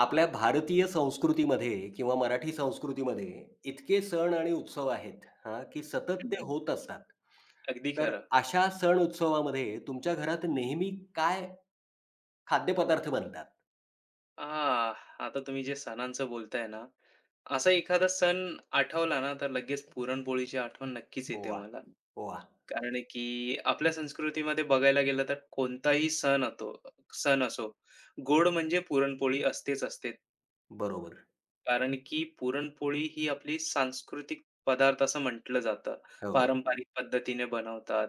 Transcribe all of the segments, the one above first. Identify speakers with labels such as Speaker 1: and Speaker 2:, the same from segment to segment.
Speaker 1: आपल्या भारतीय संस्कृतीमध्ये किंवा मराठी संस्कृतीमध्ये इतके सण आणि उत्सव आहेत हां, की सतत
Speaker 2: हं,
Speaker 1: ते होत असतात.
Speaker 2: अगदी
Speaker 1: तर
Speaker 2: खरं.
Speaker 1: अशा सण उत्सवामध्ये तुमच्या घरात नेहमी काय खाद्यपदार्थ बनतात?
Speaker 2: आह! आता तुम्ही जे सणांचं बोलताय ना, असा एखादा सण आठवला ना, तर लगेच पुरणपोळीची आठवण नक्कीच येते
Speaker 1: वाह!
Speaker 2: मला.
Speaker 1: वाह!
Speaker 2: कारण आहे की आपल्या संस्कृतीमध्ये बघायला गेलं तर कोणताही सण असो, गोड म्हणजे पुरणपोळी असतेच असते.
Speaker 1: बरोबर.
Speaker 2: कारण की पुरणपोळी ही आपली सांस्कृतिक पदार्थ असं म्हटलं जातं.
Speaker 1: हो,
Speaker 2: पारंपरिक पद्धतीने बनवतात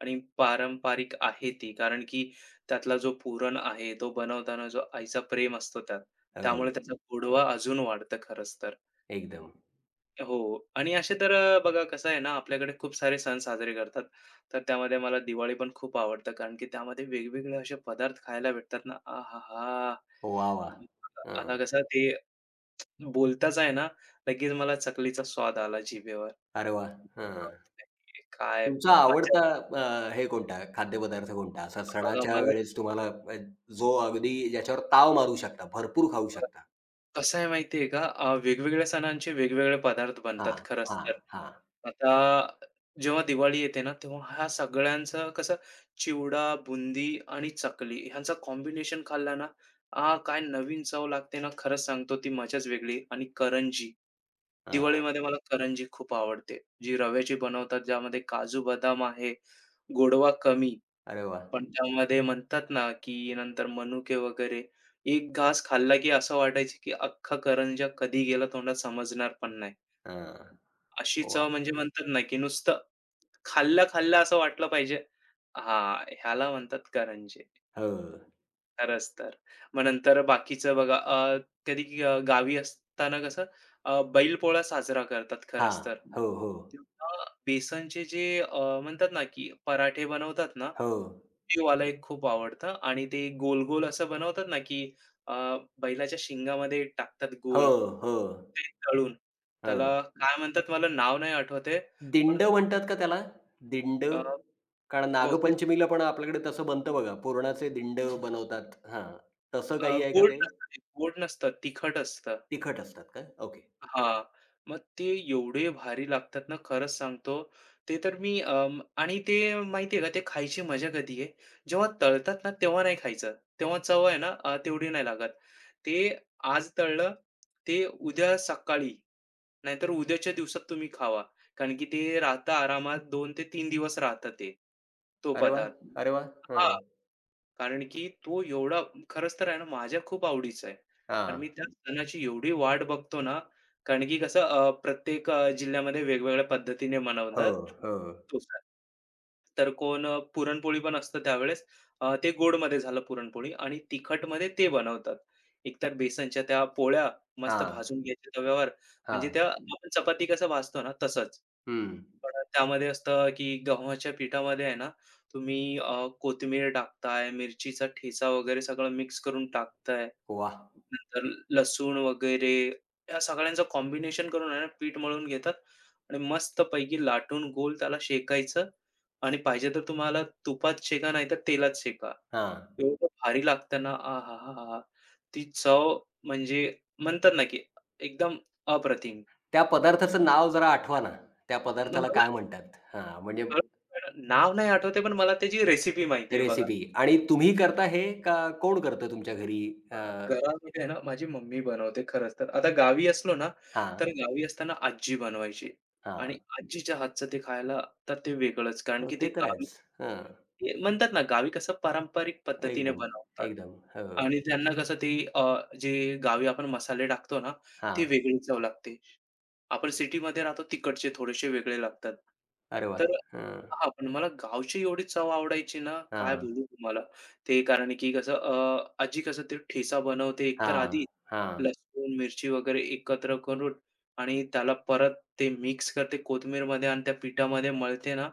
Speaker 2: आणि पारंपरिक आहे ती. कारण की त्यातला जो पुरण आहे, तो बनवताना जो आईचा प्रेम असतो त्यात, त्यामुळे
Speaker 1: हो.
Speaker 2: त्याचा गोडवा अजून वाढतं खरंच तर.
Speaker 1: एकदम.
Speaker 2: हो, आणि असे तर बघा कसं आहे ना, आपल्याकडे खूप सारे सण साजरे करतात. तर त्यामध्ये मला दिवाळी पण खूप आवडतं. कारण की त्यामध्ये वेगवेगळे असे पदार्थ खायला भेटतात ना, आहाहा!
Speaker 1: वाह! वाह!
Speaker 2: हं. आता
Speaker 1: हं.
Speaker 2: कसं ते बोलताच आहे ना, लगेच मला चकलीचा स्वाद आला जिभेवर.
Speaker 1: अरे वाह! हं.
Speaker 2: बापरे! काय
Speaker 1: तुमचा
Speaker 2: मजा!
Speaker 1: आवडता हे कोणता खाद्यपदार्थ कोणता? असा
Speaker 2: बघा,
Speaker 1: सणाच्या
Speaker 2: मला
Speaker 1: वेळेस तुम्हाला अ, जो अगदी ज्याच्यावर ताव मारू शकता, भरपूर खाऊ
Speaker 2: मला-
Speaker 1: शकता?
Speaker 2: कसं आहे माहिती आहे का, वेगवेगळ्या सणांचे वेगवेगळे पदार्थ बनतात
Speaker 1: हां,
Speaker 2: खरंच
Speaker 1: हां,
Speaker 2: तर.
Speaker 1: हां.
Speaker 2: आता जेव्हा दिवाळी येते ना, तेव्हा ह्या सगळ्यांचं कसं चिवडा, बुंदी आणि चकली ह्यांचं कॉम्बिनेशन खाल्ला ना, आहा! काय नवीन चव लागते ना, खरंच सांगतो ती मजाच वेगळी, आणि करंजी.
Speaker 1: हां.
Speaker 2: दिवाळीमध्ये मला करंजी खूप आवडते. जी रव्याची बनवतात ज्यामध्ये काजू, बदाम आहे, गोडवा कमी,
Speaker 1: अरे वाह!
Speaker 2: पण त्यामध्ये म्हणतात ना, की नंतर मनुके वगैरे. एक घास खाल्ला की असं वाटायचं, की अख्खा करंजा कधी गेला तोंडात समजणार पण नाही.
Speaker 1: हां.
Speaker 2: अशी चव
Speaker 1: वाह!
Speaker 2: म्हणजे म्हणतात ना, की नुसतं खाल्ला-खाल्ला असं वाटलं पाहिजे. हां, ह्याला म्हणतात करंजे.
Speaker 1: हो.
Speaker 2: खरंच तर. मग नंतर बाकीचं बघा, कधी गावी असताना कसं बैलपोळा साजरा करतात
Speaker 1: हां.
Speaker 2: खरंच तर.
Speaker 1: हो, हो.
Speaker 2: तेव्हा बेसनचे जे म्हणतात ना, की पराठे बनवतात ना,
Speaker 1: हो.
Speaker 2: ते मला एक खूप आवडतं आणि ते गोल-गोल असं बनवतात ना, की अ, बैलाच्या शिंगामध्ये टाकतात
Speaker 1: हो,
Speaker 2: गोल
Speaker 1: हो.
Speaker 2: ते तळून.
Speaker 1: हो.
Speaker 2: त्याला काय म्हणतात मला नाव नाही आठवत, पण
Speaker 1: दिंड म्हणतात का त्याला? दिंड?
Speaker 2: अ,
Speaker 1: कारण
Speaker 2: बहुतेक
Speaker 1: नागपंचमीला पण आपल्याकडे तसं बनतं बघा. पुरणाचे दिंड बनवतात. हां. तसं काही आहे का
Speaker 2: गोड
Speaker 1: ते?
Speaker 2: नसतं ते, गोड नसतं, तिखट असतं.
Speaker 1: तिखट असतात का? ओके.
Speaker 2: हां. मग ते एवढे भारी लागतात ना, खरंच सांगतो. ते तर मी, आणि ते माहिती का, ते खायची मजा कधी आहे, जेव्हा तळतात ना, तेव्हा नाही खायचं. तेव्हा चव आहे ना, तेवढी नाही लागत. ते आज तळलं, ते उद्या सकाळी नाहीतर उद्याच्या दिवसात तुम्ही खावा. कारण की ते राहतं आरामात, 2 ते 3 दिवस राहतं ते, तो
Speaker 1: अरे वाह!
Speaker 2: पदार्थ.
Speaker 1: अरे वाह! हां.
Speaker 2: कारण की तो एवढा खरंच तर आहे ना, माझ्या खूप आवडीचा आहे आणि
Speaker 1: हां.
Speaker 2: मी त्या सणाची एवढी वाट बघतो ना, कारण की कसं, प्रत्येक जिल्ह्यामध्ये वेगवेगळ्या पद्धतीने
Speaker 1: हो,
Speaker 2: मनवतात
Speaker 1: हो.
Speaker 2: तो सण. तर कोण, पुरणपोळी पण असतं त्यावेळेस. ते गोडमध्ये झालं पुरणपोळी, आणि तिखटमध्ये ते बनवतात. एकतर बेसनच्या त्या पोळ्या मस्त
Speaker 1: हां,
Speaker 2: भाजून घ्यायच्या तव्यावर. म्हणजे
Speaker 1: हां.
Speaker 2: त्या आपण चपाती कसं भाजतो ना तसंच.
Speaker 1: हं.
Speaker 2: पण त्यामध्ये असतं की गव्हाच्या पिठामध्ये आहे ना, तुम्ही कोथिंबीर टाकताय, मिरचीचा ठेचा वगैरे सगळं मिक्स करून टाकताय.
Speaker 1: वाह!
Speaker 2: नंतर लसूण वगैरे या सगळ्यांचं कॉम्बिनेशन करून आहे ना, पीठ मळून घेतात आणि मस्तपैकी लाटून गोल त्याला शेकायचं आणि पाहिजे तर तुम्हाला तुपात शेका नाहीतर तेलात शेका.
Speaker 1: हां.
Speaker 2: एवढं भारी लागतं ना, आहाहाहा! ती चव म्हणजे म्हणतात ना, की एकदम अप्रतिम.
Speaker 1: त्या पदार्थाचं नाव जरा आठवा ना. त्या पदार्थाला
Speaker 2: मला
Speaker 1: काय म्हणतात? हां. म्हणजे
Speaker 2: नाव नाही आठवत आहे, पण मला त्याची रेसिपी माहिती आहे बघा.
Speaker 1: रेसिपी आणि तुम्ही करता हे का कोण करतं तुमच्या घरी? अ,
Speaker 2: घरामध्ये आहे ना, माझी मम्मी बनवते खरंच तर. आता गावी असलो ना,
Speaker 1: हां,
Speaker 2: तर गावी असताना आजी बनवायची
Speaker 1: हां.
Speaker 2: आणि आजीच्या हातचं ते खायला तर ते वेगळंच, कारण
Speaker 1: हो,
Speaker 2: की ते
Speaker 1: ते तर
Speaker 2: गावी
Speaker 1: आहेच. हं.
Speaker 2: ते म्हणतात ना, गावी कसं पारंपरिक पद्धतीने
Speaker 1: एकदम,
Speaker 2: बनवतात
Speaker 1: एकदम. हो.
Speaker 2: आणि त्यांना कसं ते, जे गावी आपण मसाले टाकतो ना,
Speaker 1: हां.
Speaker 2: ते वेगळी चव लागते. आपण सिटीमध्ये राहतो, तिकडचे थोडेसे वेगळे लागतात.
Speaker 1: अरे वाह!
Speaker 2: तर
Speaker 1: हं.
Speaker 2: हां, पण मला गावची एवढी चव आवडायची ना, काय
Speaker 1: हां,
Speaker 2: बोलू तुम्हाला. ते कारण की कसं, आजी कसं ते ठेचा बनवते, एकतर
Speaker 1: हां,
Speaker 2: आधी
Speaker 1: हां,
Speaker 2: लसूण, मिरची वगैरे एकत्र करून आणि त्याला परत ते मिक्स करते कोथिंबीरमध्ये आणि त्या पिठामध्ये मळते ना,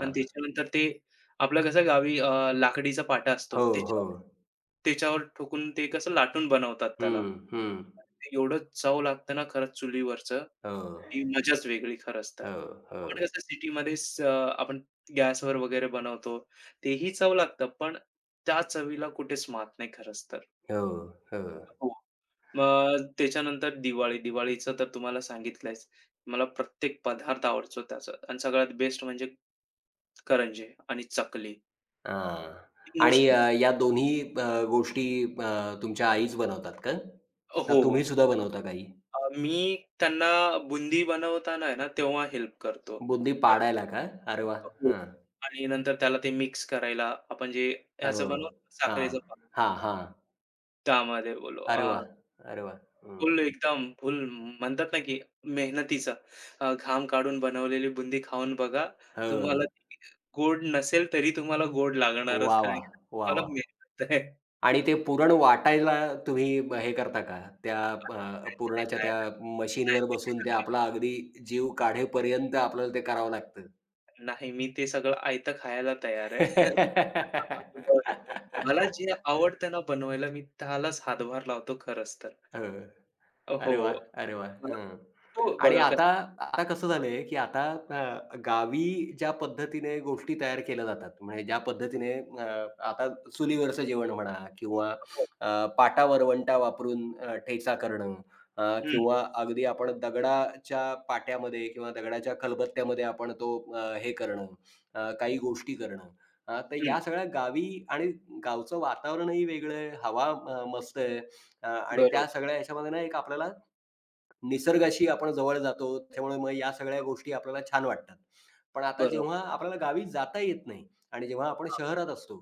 Speaker 2: आणि त्याच्यानंतर ते आपलं कसं गावी, लाकडीचा पाटा असतो
Speaker 1: हो, हो.
Speaker 2: त्याच्यावर त्याच्यावर ठोकून ते कसं लाटून बनवतात
Speaker 1: हं,
Speaker 2: त्याला.
Speaker 1: हं.
Speaker 2: ते एवढं चव लागतं ना, खरंच चुलीवरचं.
Speaker 1: हो,
Speaker 2: ती मजाच वेगळी खरंच तर.
Speaker 1: हो,
Speaker 2: आपण
Speaker 1: हो,
Speaker 2: कसं सिटीमध्ये, आपण गॅसवर वगैरे बनवतो. तेही चव लागतं, पण त्या चवीला कुठेच मात नाही खरंच तर.
Speaker 1: हो, हो.
Speaker 2: हो. मग त्याच्यानंतर दिवाळी. दिवाळीचं तर तुम्हाला सांगितलंयच. मला प्रत्येक पदार्थ आवडतो त्याचा आणि सगळ्यात बेस्ट म्हणजे करंजे आणि चकली.
Speaker 1: हां. आणि
Speaker 2: मोस्टली
Speaker 1: या दोन्ही गोष्टी अ, तुमच्या आईच बनवतात का? का
Speaker 2: हो.
Speaker 1: तुम्ही सुद्धा बनवता काही?
Speaker 2: मी त्यांना बुंदी बनवताना आहे ना, तेव्हा हेल्प करतो.
Speaker 1: बुंदी
Speaker 2: कारण
Speaker 1: पाडायला का? अरे वाह!
Speaker 2: हो.
Speaker 1: हं.
Speaker 2: आणि नंतर त्याला ते मिक्स करायला आपण जे
Speaker 1: हो.
Speaker 2: ह्याचं बनवतो ना
Speaker 1: हां.
Speaker 2: साखरेचं,
Speaker 1: हां, हां.
Speaker 2: त्यामध्ये बोललो,
Speaker 1: अरे वाह! अरे वाह! हं.
Speaker 2: फुल एकदम फुल म्हणतात ना, की मेहनतीचा, घाम काढून बनवलेली बुंदी खाऊन बघा. तुम्हाला
Speaker 1: हो.
Speaker 2: ती गोड नसेल तरी तुम्हाला गोड
Speaker 1: वाह,
Speaker 2: लागणारच, कारण
Speaker 1: वाह!
Speaker 2: की
Speaker 1: वाह,
Speaker 2: तुम्हाला
Speaker 1: वाह!
Speaker 2: मेहनत आहे. नाही,
Speaker 1: आणि ते पुरण वाटायला तुम्ही हे करता का? त्या पुरणाच्या त्या
Speaker 2: नाही,
Speaker 1: मशीनवर
Speaker 2: नाही,
Speaker 1: बसून ते आपला अगदी जीव काढेपर्यंत आपल्याला ते करावं लागतं.
Speaker 2: नाही. नाही, मी ते सगळं आयतं खायला तयार आहे. मला जे आवडतं ना बनवायला, मी त्यालाच हातभार लावतो खरंच तर.
Speaker 1: हं.
Speaker 2: हो.
Speaker 1: अरे वाह! अरे वाह!
Speaker 2: मला
Speaker 1: हं.
Speaker 2: हो,
Speaker 1: आणि
Speaker 2: बघा कसं
Speaker 1: आता
Speaker 2: आहे.
Speaker 1: आता कसं झालंय, की आता गावी ज्या पद्धतीने गोष्टी तयार केल्या जातात, म्हणजे ज्या पद्धतीने आता चुलीवरचं जेवण म्हणा किंवा
Speaker 2: हो.
Speaker 1: पाटा वरवंटा वापरून ठेचा करणं
Speaker 2: हं,
Speaker 1: किंवा अगदी आपण दगडाच्या पाट्यामध्ये किंवा दगडाच्या खलबत्त्यामध्ये आपण तो हे करणं, काही गोष्टी करणं. तर
Speaker 2: हं.
Speaker 1: या सगळ्या गावी आणि गावचं वातावरणही वेगळं आहे, हवा मस्त आहे. आणि त्या
Speaker 2: बरोबर,
Speaker 1: सगळ्या ह्याच्यामध्ये ना एक आपल्याला निसर्गाशी आपण जवळ जातो. त्यामुळे मग या सगळ्या गोष्टी आपल्याला छान वाटतात. पण आता
Speaker 2: बरोबर.
Speaker 1: जेव्हा आपल्याला गावी जाता येत नाही आणि जेव्हा आपण
Speaker 2: हां.
Speaker 1: शहरात असतो,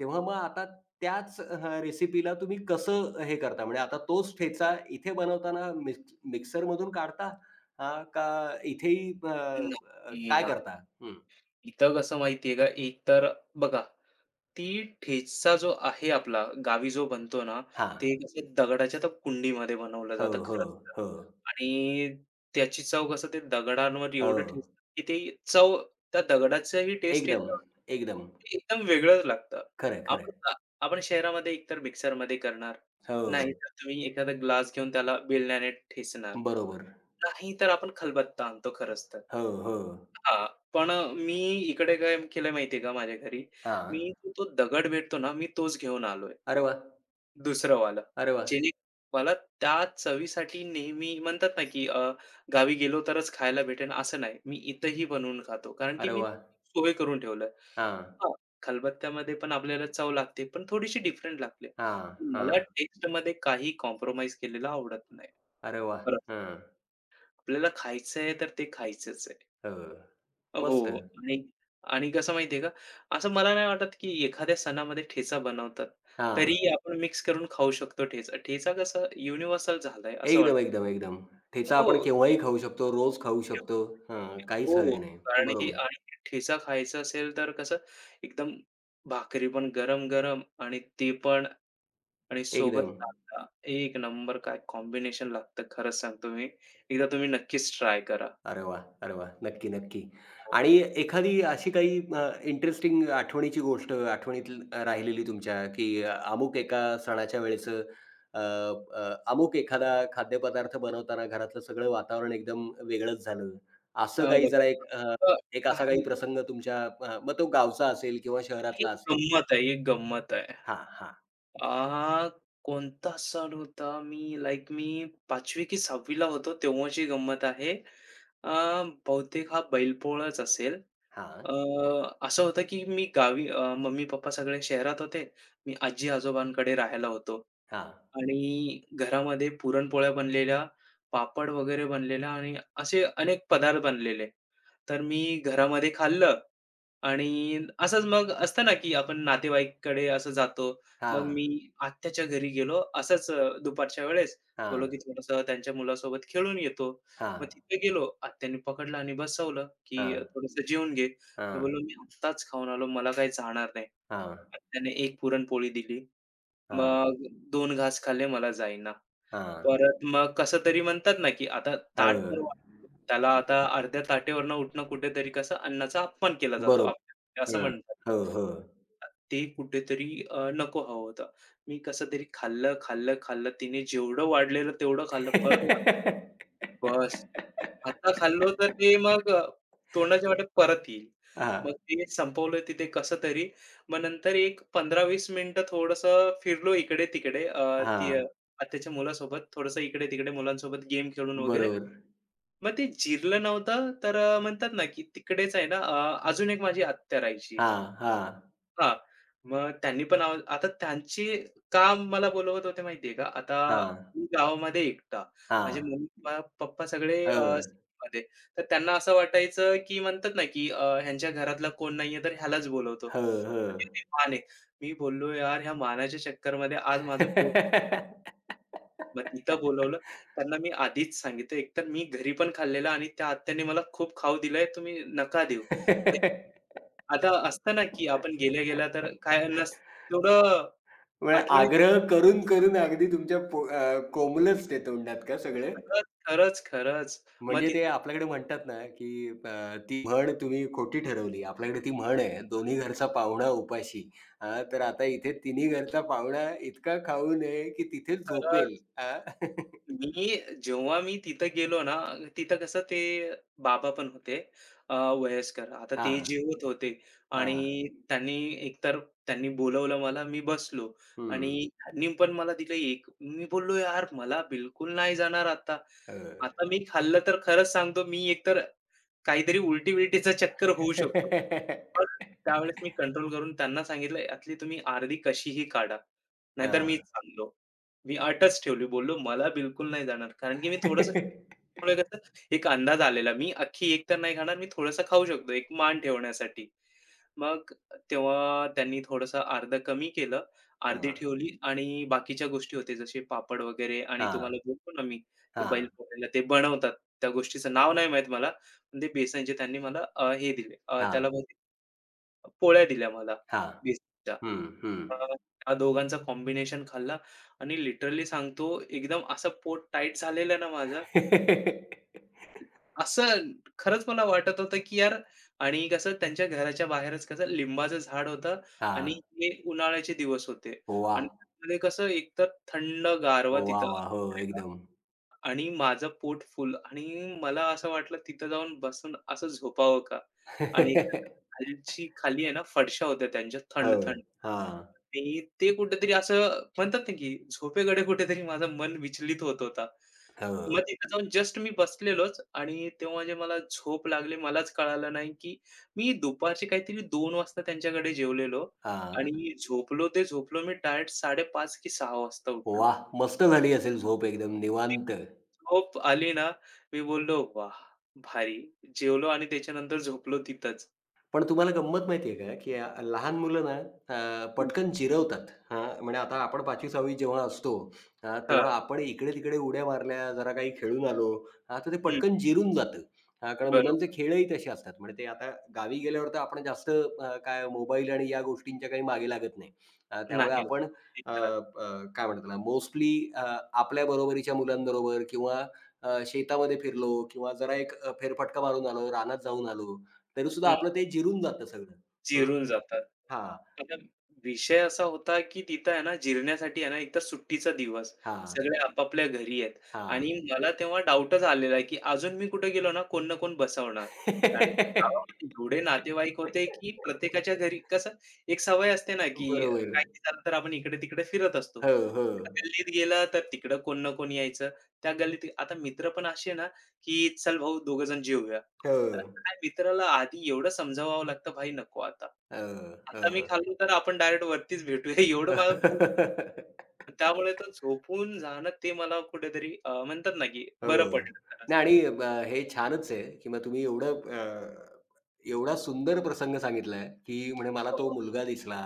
Speaker 1: तेव्हा मग आता त्याच रेसिपीला तुम्ही कसं हे करता? म्हणजे आता तोच ठेचा इथे बनवताना मिक्सरमधून काढता? हां, का इथेही अ, अ,
Speaker 2: नाही,
Speaker 1: काय
Speaker 2: नाही.
Speaker 1: करता? हं.
Speaker 2: इथं कसं माहितीये का, एक तर बघा, ती ठेचा जो आहे आपला, गावी जो बनतो ना,
Speaker 1: हां.
Speaker 2: ते कसं दगडाच्या त्या कुंडीमध्ये बनवलं
Speaker 1: हो,
Speaker 2: जातं
Speaker 1: हो,
Speaker 2: खरंच तर,
Speaker 1: हो,
Speaker 2: आणि त्याची चव कसं ते दगडांवर
Speaker 1: हो.
Speaker 2: एवढं ठेचतात, की ते चव त्या दगडाचंही टेस्ट
Speaker 1: एकदम,
Speaker 2: येतं.
Speaker 1: एकदम.
Speaker 2: ते एकदम वेगळंच लागतं.
Speaker 1: खरंय,
Speaker 2: आपण
Speaker 1: खरंय.
Speaker 2: का आपण शहरामध्ये एकतर मिक्सरमध्ये करणार,
Speaker 1: हो,
Speaker 2: नाहीतर तुम्ही एखादा ग्लास घेऊन त्याला बेलण्याने ठेचणार,
Speaker 1: बरोबर.
Speaker 2: नाहीतर आपण खलबत्ता आणतो खरंच तर.
Speaker 1: हो, हो.
Speaker 2: हां, पण मी इकडे काय केलंय माहितीये का माझ्या घरी,
Speaker 1: हां.
Speaker 2: मी जो तो दगड भेटतो ना, मी तोच घेऊन आलोय,
Speaker 1: अरे वाह!
Speaker 2: दुसरं वाला,
Speaker 1: अरे वाह!
Speaker 2: जेणे मला त्या चवीसाठी नेहमी म्हणतात ना, की गावी गेलो तरच खायला भेटेन असं नाही. मी इथंही बनवून खातो, कारण की
Speaker 1: अरे
Speaker 2: मी
Speaker 1: वाह!
Speaker 2: सोय करून ठेवलंय.
Speaker 1: हां,
Speaker 2: हां, खलबत्त्यामध्ये पण आपल्याला चव लागते, पण थोडीशी डिफरंट लागते.
Speaker 1: हां,
Speaker 2: मला
Speaker 1: हां.
Speaker 2: टेस्टमध्ये काही कॉम्प्रोमाईज केलेलं आवडत नाही.
Speaker 1: अरे वाह!
Speaker 2: खरंच.
Speaker 1: हं,
Speaker 2: आपल्याला खायचं आहे, तर ते खायचंच आहे.
Speaker 1: हं. मस्त.
Speaker 2: हो. आणि आणि कसं माहिती आहे का, असं मला नाही वाटत की एखाद्या सणामध्ये ठेचा बनवतात. तरी
Speaker 1: हां.
Speaker 2: आपण मिक्स करून खाऊ शकतो ठेचा. ठेचा कसं युनिव्हर्सल झालाय असं वाटतं.
Speaker 1: एकदम, एकदम, एकदम. ठेचा आपण
Speaker 2: हो.
Speaker 1: केव्हाही खाऊ शकतो, रोज खाऊ शकतो. हां, काहीच
Speaker 2: हो.
Speaker 1: हरज नाही.
Speaker 2: कारण की,
Speaker 1: बरोबर.
Speaker 2: आणि ठेचा खायचा असेल तर कसं एकदम भाकरी पण गरम-गरम, आणि ते पण, आणि सोबत
Speaker 1: एकदम.
Speaker 2: कांदा. एक नंबर काय कॉम्बिनेशन लागतं, खरंच सांगतो मी. एकदा तुम्ही नक्कीच ट्राय करा.
Speaker 1: अरे वाह! अरे वाह! नक्की, नक्की.
Speaker 2: हो.
Speaker 1: आणि एखादी अशी काही इंटरेस्टिंग आठवणीची गोष्ट आठवणीत राहिलेली तुमच्या, की अमुक एका सणाच्या वेळेचं अ, अ, अमुक एखादा खाद्यपदार्थ बनवताना घरातलं सगळं वातावरण एकदम वेगळंच झालं. असं काही
Speaker 2: बघा.
Speaker 1: जरा
Speaker 2: अ,
Speaker 1: एक असा
Speaker 2: नाही.
Speaker 1: काही प्रसंग तुमच्या मग तो गावचा असेल किंवा
Speaker 2: ही एक
Speaker 1: शहरातला असेल.
Speaker 2: गंमत आहे, ही एक गंमत आहे.
Speaker 1: हां, हां,
Speaker 2: आ, कोणता सण होता? मी 5वी की 6वी होतो तेव्हाची गंमत आहे. अ, बहुतेक हा बैलपोळाच असेल.
Speaker 1: हां,
Speaker 2: अ, असं होतं की मी गावी, मम्मी-पप्पा सगळे शहरात होते. मी आजी-आजोबांकडे राहायला होतो. आणि घरामध्ये पुरणपोळ्या बनलेल्या, पापड वगैरे बनलेला आणि असे अनेक पदार्थ बनलेले. तर मी घरामध्ये खाल्लं. आणि असंच मग असतं ना, की आपण नातेवाईककडे असं जातो. मग
Speaker 1: हां,
Speaker 2: मी आत्याच्या घरी गेलो. असंच, दुपारच्या वेळेस
Speaker 1: हां,
Speaker 2: बोललो, की थोडंसं त्यांच्या मुलासोबत खेळून येतो.
Speaker 1: हां,
Speaker 2: मग तिथे गेलो. आत्याने पकडलं आणि बसवलं, की
Speaker 1: हां, हां,
Speaker 2: जेवून घे. मी
Speaker 1: हां,
Speaker 2: बोललो, "मी आत्ताच खाऊन आलो. मला काही जाणार नाही."
Speaker 1: हां,
Speaker 2: आत्याने एक पुरणपोळी दिली.
Speaker 1: हां,
Speaker 2: मग दोन घास खाल्ले, मला जाईना.
Speaker 1: हां.
Speaker 2: परत मग कसं तरी म्हणतात ना, की आता
Speaker 1: हो,
Speaker 2: ताट तर वाढतं. त्याला आता अर्ध्या ताटेवरनं उठणं कुठेतरी कसं अन्नाचा अपमान केला जातो
Speaker 1: बरोबर.
Speaker 2: आपल्यामध्ये असं
Speaker 1: हं.
Speaker 2: म्हणतात.
Speaker 1: हो, हो.
Speaker 2: ते कुठेतरी, नको हवं होतं. मी कसं तरी खाल्लं, खाल्लं, खाल्लं. तिने जेवढं वाढलेलं तेवढं खाल्लं. परत वाढ बस. आता खाल्लो तर ते मग, तोंडाच्या वाटेत परत येईल.
Speaker 1: हां,
Speaker 2: मग ते संपवलं तिथे कसं तरी. मग नंतर एक 15-20 मिनिटं थोडंसं फिरलो इकडे-तिकडे,
Speaker 1: हां.
Speaker 2: आत्याच्या मुलासोबत थोडंसं इकडे-तिकडे मुलांसोबत गेम खेळून वगैरे.
Speaker 1: बरोबर.
Speaker 2: मग ते जिरलं नव्हतं तर, म्हणतात ना, की तिकडेच आहे ना, अजून एक माझी आत्या राहायची.
Speaker 1: हां, हां,
Speaker 2: हां. मग त्यांनी पण आवाज, आता त्यांचे का मला बोलवत होते माहिती आहे का? आता
Speaker 1: हां,
Speaker 2: मी गावामध्ये एकटा.
Speaker 1: हां.
Speaker 2: माझे मम्मी, पप्पा सगळे,
Speaker 1: हो,
Speaker 2: सिटीमध्ये. तर त्यांना असं वाटायचं, की म्हणतात ना, की ह्यांच्या घरातला कोण नाहीये तर ह्यालाच बोलवतो.
Speaker 1: हो, हो.
Speaker 2: म्हणजे ते मान आहे. मी बोललो, "यार, ह्या मानाच्या चक्करमध्ये आज माझं पोट." मग तिथं बोलवलं. त्यांना मी आधीच सांगितलं, एकतर मी घरी पण खाल्लेलं आणि त्या आत्याने मला खूप खाऊ दिलंय, तुम्ही नका देऊ. आता असतं ना, की आपण गेल्या-गेल्या तर काय नस तेवढं
Speaker 1: म्हणजे
Speaker 2: आठवणीत.
Speaker 1: आग्रह करून, करून अगदी तुमच्या कोंबलंच ते तोंडात का सगळं?
Speaker 2: खरंच, खरंच, खरंच. मग
Speaker 1: म्हणजे ते
Speaker 2: तिथे,
Speaker 1: आपल्याकडे म्हणतात ना, की ती म्हण तुम्ही खोटी ठरवली. आपल्याकडे ती म्हण आहे, "दोन्ही घरचा पाहुणा उपाशी." हां, तर आता इथे तिन्ही घरचा पाहुणा इतका खाऊ नये, की तिथेच झोपेल.
Speaker 2: खरंच,
Speaker 1: हां.
Speaker 2: मी जेव्हा मी तिथं गेलो ना, तिथं कसं ते बाबा पण होते, अ, वयस्कर. आता ते
Speaker 1: हां,
Speaker 2: जिवंत होते आणि
Speaker 1: हां.
Speaker 2: त्यांनी एकतर त्यांनी बोलवलं मला, मी बसलो आणि
Speaker 1: हं.
Speaker 2: त्यांनी पण मला दिलं एक. मी बोललो, "यार मला बिलकुल नाही जाणार आता."
Speaker 1: होय.
Speaker 2: आता मी खाल्लं तर खरंच सांगतो मी, एकतर काहीतरी उलटी-बिलटीचा चक्कर होऊ शकतो. मग त्यावेळेस मी कंट्रोल करून त्यांना सांगितलं, "यातली तुम्ही अर्धी कशीही काढा. नाहीतर मीच
Speaker 1: हां.
Speaker 2: सांगतो." मी अटच ठेवली. बोललो, "मला बिलकुल नाही जाणार." कारण की मी थोडंसं त्यामुळे कसं एक अंदाज आलेला. मी अख्खी एक तर नाही खाणार. मी थोडंसं खाऊ शकतो, एक मान ठेवण्यासाठी. मग तेव्हा त्यांनी थोडंसं अर्धं कमी केलं, अर्धी
Speaker 1: हां,
Speaker 2: ठेवली आणि बाकीच्या गोष्टी होत्या जसे पापड वगैरे, आणि
Speaker 1: हां,
Speaker 2: तुम्हाला बोलतो ना मी, ते
Speaker 1: हां,
Speaker 2: बैल पोळ्याला ते बनवतात. त्या गोष्टीचं नाव नाही माहीत मला. पण ते बेसनचे त्यांनी मला, हे दिले, त्याला
Speaker 1: हां,
Speaker 2: पोळ्या दिल्या मला
Speaker 1: हां.
Speaker 2: बेसनच्या.
Speaker 1: हं, हं.
Speaker 2: अ, त्या दोघांचा कॉम्बिनेशन खाल्ला आणि लिटरली सांगतो एकदम असं पोट टाईट झालेलं ना माझं, असं खरंच मला वाटत होतं, की यार. आणि कसं त्यांच्या घराच्या बाहेरच कसं लिंबाचं झाड होतं आणि
Speaker 1: हां.
Speaker 2: हे उन्हाळ्याचे दिवस होते आणि
Speaker 1: वाह!
Speaker 2: त्यामध्ये कसं एकतर थंड गारवा
Speaker 1: वाह,
Speaker 2: तिथं,
Speaker 1: वाह! हो, एकदम.
Speaker 2: आणि माझं पोट फुल, आणि मला असं वाटलं तिथं जाऊन बसून असं झोपावं का? आणि खालची खाली आहे ना फरशा होत्या त्यांच्या
Speaker 1: हो.
Speaker 2: थंड-थंड.
Speaker 1: हां.
Speaker 2: आणि ते कुठेतरी असं म्हणतात ना, की झोपेकडे कुठेतरी माझं मन विचलित होत होता. मग
Speaker 1: हां.
Speaker 2: तिथे जाऊन जस्ट मी बसलेलोच आणि तेव्हा जे मला झोप लागली मलाच कळालं नाही, की मी दुपारचे काहीतरी 2 वाजता त्यांच्याकडे जेवलेलो
Speaker 1: हां.
Speaker 2: आणि झोपलो ते झोपलो मी डायरेक्ट 5:30 की 6 वाजता उठलो.
Speaker 1: वाह! मस्त झाली असेल झोप एकदम
Speaker 2: ती
Speaker 1: निवांत.
Speaker 2: झोप आली ना, मी बोललो, "वाह! भारी." जेवलो आणि त्याच्यानंतर झोपलो तिथंच.
Speaker 1: पण तुम्हाला गंमत माहिती आहे का, की लहान मुलं ना
Speaker 2: हं.
Speaker 1: पटकन जिरवतात. हां, म्हणजे आता आपण 5वी-6वी जेव्हा असतो, हां,
Speaker 2: हां.
Speaker 1: तेव्हा आपण इकडे-तिकडे उड्या मारल्या, जरा काही खेळून आलो, हां, तर ते
Speaker 2: हं.
Speaker 1: पटकन जिरून जातं. हां, कारण मुलांचे
Speaker 2: बरोबर.
Speaker 1: खेळही तसे असतात. म्हणजे ते आता गावी गेल्यावर तर आपण जास्त काय मोबाईल आणि या गोष्टींच्या काही मागे लागत नाही. त्यामुळे
Speaker 2: नाही.
Speaker 1: आपण
Speaker 2: ते
Speaker 1: अ,
Speaker 2: खरं.
Speaker 1: अ, काय म्हणतात मोस्टली आपल्या बरोबरीच्या मुलांबरोबर किंवा शेतामध्ये फिरलो किंवा जरा एक फेरफटका मारून आलो, रानात जाऊन आलो. तरी सुद्धा आपलं ते जिरून जातं सगळं. हं.
Speaker 2: जिरून जातात.
Speaker 1: हां,
Speaker 2: आता विषय असा होता, की तिथं आहे ना जिरण्यासाठी आहे ना एकतर सुट्टीचा दिवस.
Speaker 1: हां,
Speaker 2: सगळे आपापल्या घरी आहेत आणि
Speaker 1: हां.
Speaker 2: मला तेव्हा डाऊटच आलेला आहे, की अजून मी कुठे गेलो ना कोण ना कोण बसवणार. कारण की गावामध्ये एवढे नातेवाईक होते, की प्रत्येकाच्या घरी कसं एक सवय असते ना, की
Speaker 1: बरोबर.
Speaker 2: काही झालं तर आपण इकडे-तिकडे फिरत असतो.
Speaker 1: हो, हो.
Speaker 2: गल्लीत गेलं तर तिकडं कोण ना कोण यायचं. त्या गल्लीत आता मित्र पण असे ना, की चल भाऊ दोघं जण जेऊया.
Speaker 1: हो,
Speaker 2: अरे काय, मित्राला आधी एवढं समजावावं लागतं, "भाई नको आता.
Speaker 1: हो,
Speaker 2: आता मी
Speaker 1: हो.
Speaker 2: खाल्लो तर आपण डायरेक्ट वरतीच भेटूया." एवढं मला खूप, त्यामुळे तर झोपून जाणं ते मला कुठेतरी, म्हणतात ना, की
Speaker 1: हो.
Speaker 2: बरं पडलं खरंच तर.
Speaker 1: नाही
Speaker 2: असतं.
Speaker 1: आणि हे छानच आहे, की मग तुम्ही एवढं एवढा सुंदर प्रसंग सांगितलाय, की म्हणे मला तो
Speaker 2: हो.
Speaker 1: मुलगा दिसला.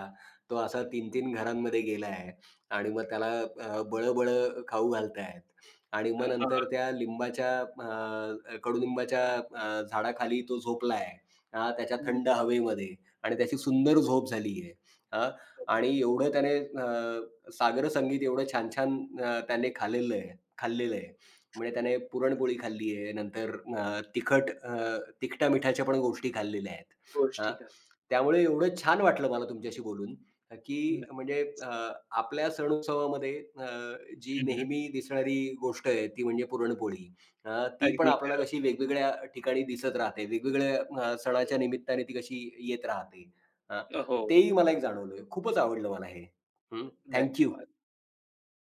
Speaker 1: तो असा 3-3 घरांमध्ये गेलाय आणि मग त्याला बळं-बळं खाऊ घालतायत आणि मग
Speaker 2: हां.
Speaker 1: नंतर त्या लिंबाच्या कडुलिंबाच्या झाडाखाली तो झोपलाय. हां, त्याच्या थंड हवेमध्ये आणि त्याची सुंदर झोप झाली आहे. आणि एवढं त्याने सागर संगीत एवढं छान-छान त्याने खाल्लेलं आहे. म्हणजे त्याने पुरणपोळी खाल्ली आहे, नंतर तिखट तिखटा-मिठाच्या पण गोष्टी खाल्लेल्या आहेत.
Speaker 2: गोष्टी
Speaker 1: हां,
Speaker 2: कर.
Speaker 1: त्यामुळे एवढं छान वाटलं मला तुमच्याशी बोलून, की
Speaker 2: नक्कीच.
Speaker 1: म्हणजे आपल्या सण-उत्सवामध्ये जी
Speaker 2: हं,
Speaker 1: नेहमी दिसणारी गोष्ट आहे, ती म्हणजे पुरणपोळी. ती पण
Speaker 2: अगदी
Speaker 1: आपल्याला
Speaker 2: खरं.
Speaker 1: कशी वेगवेगळ्या ठिकाणी दिसत राहते, वेगवेगळ्या सणाच्या निमित्ताने ती कशी येत राहते. हां,
Speaker 2: हो.
Speaker 1: तेही मला एक जाणवलं. खूपच आवडलं मला हे. हं,
Speaker 2: धन्यवाद.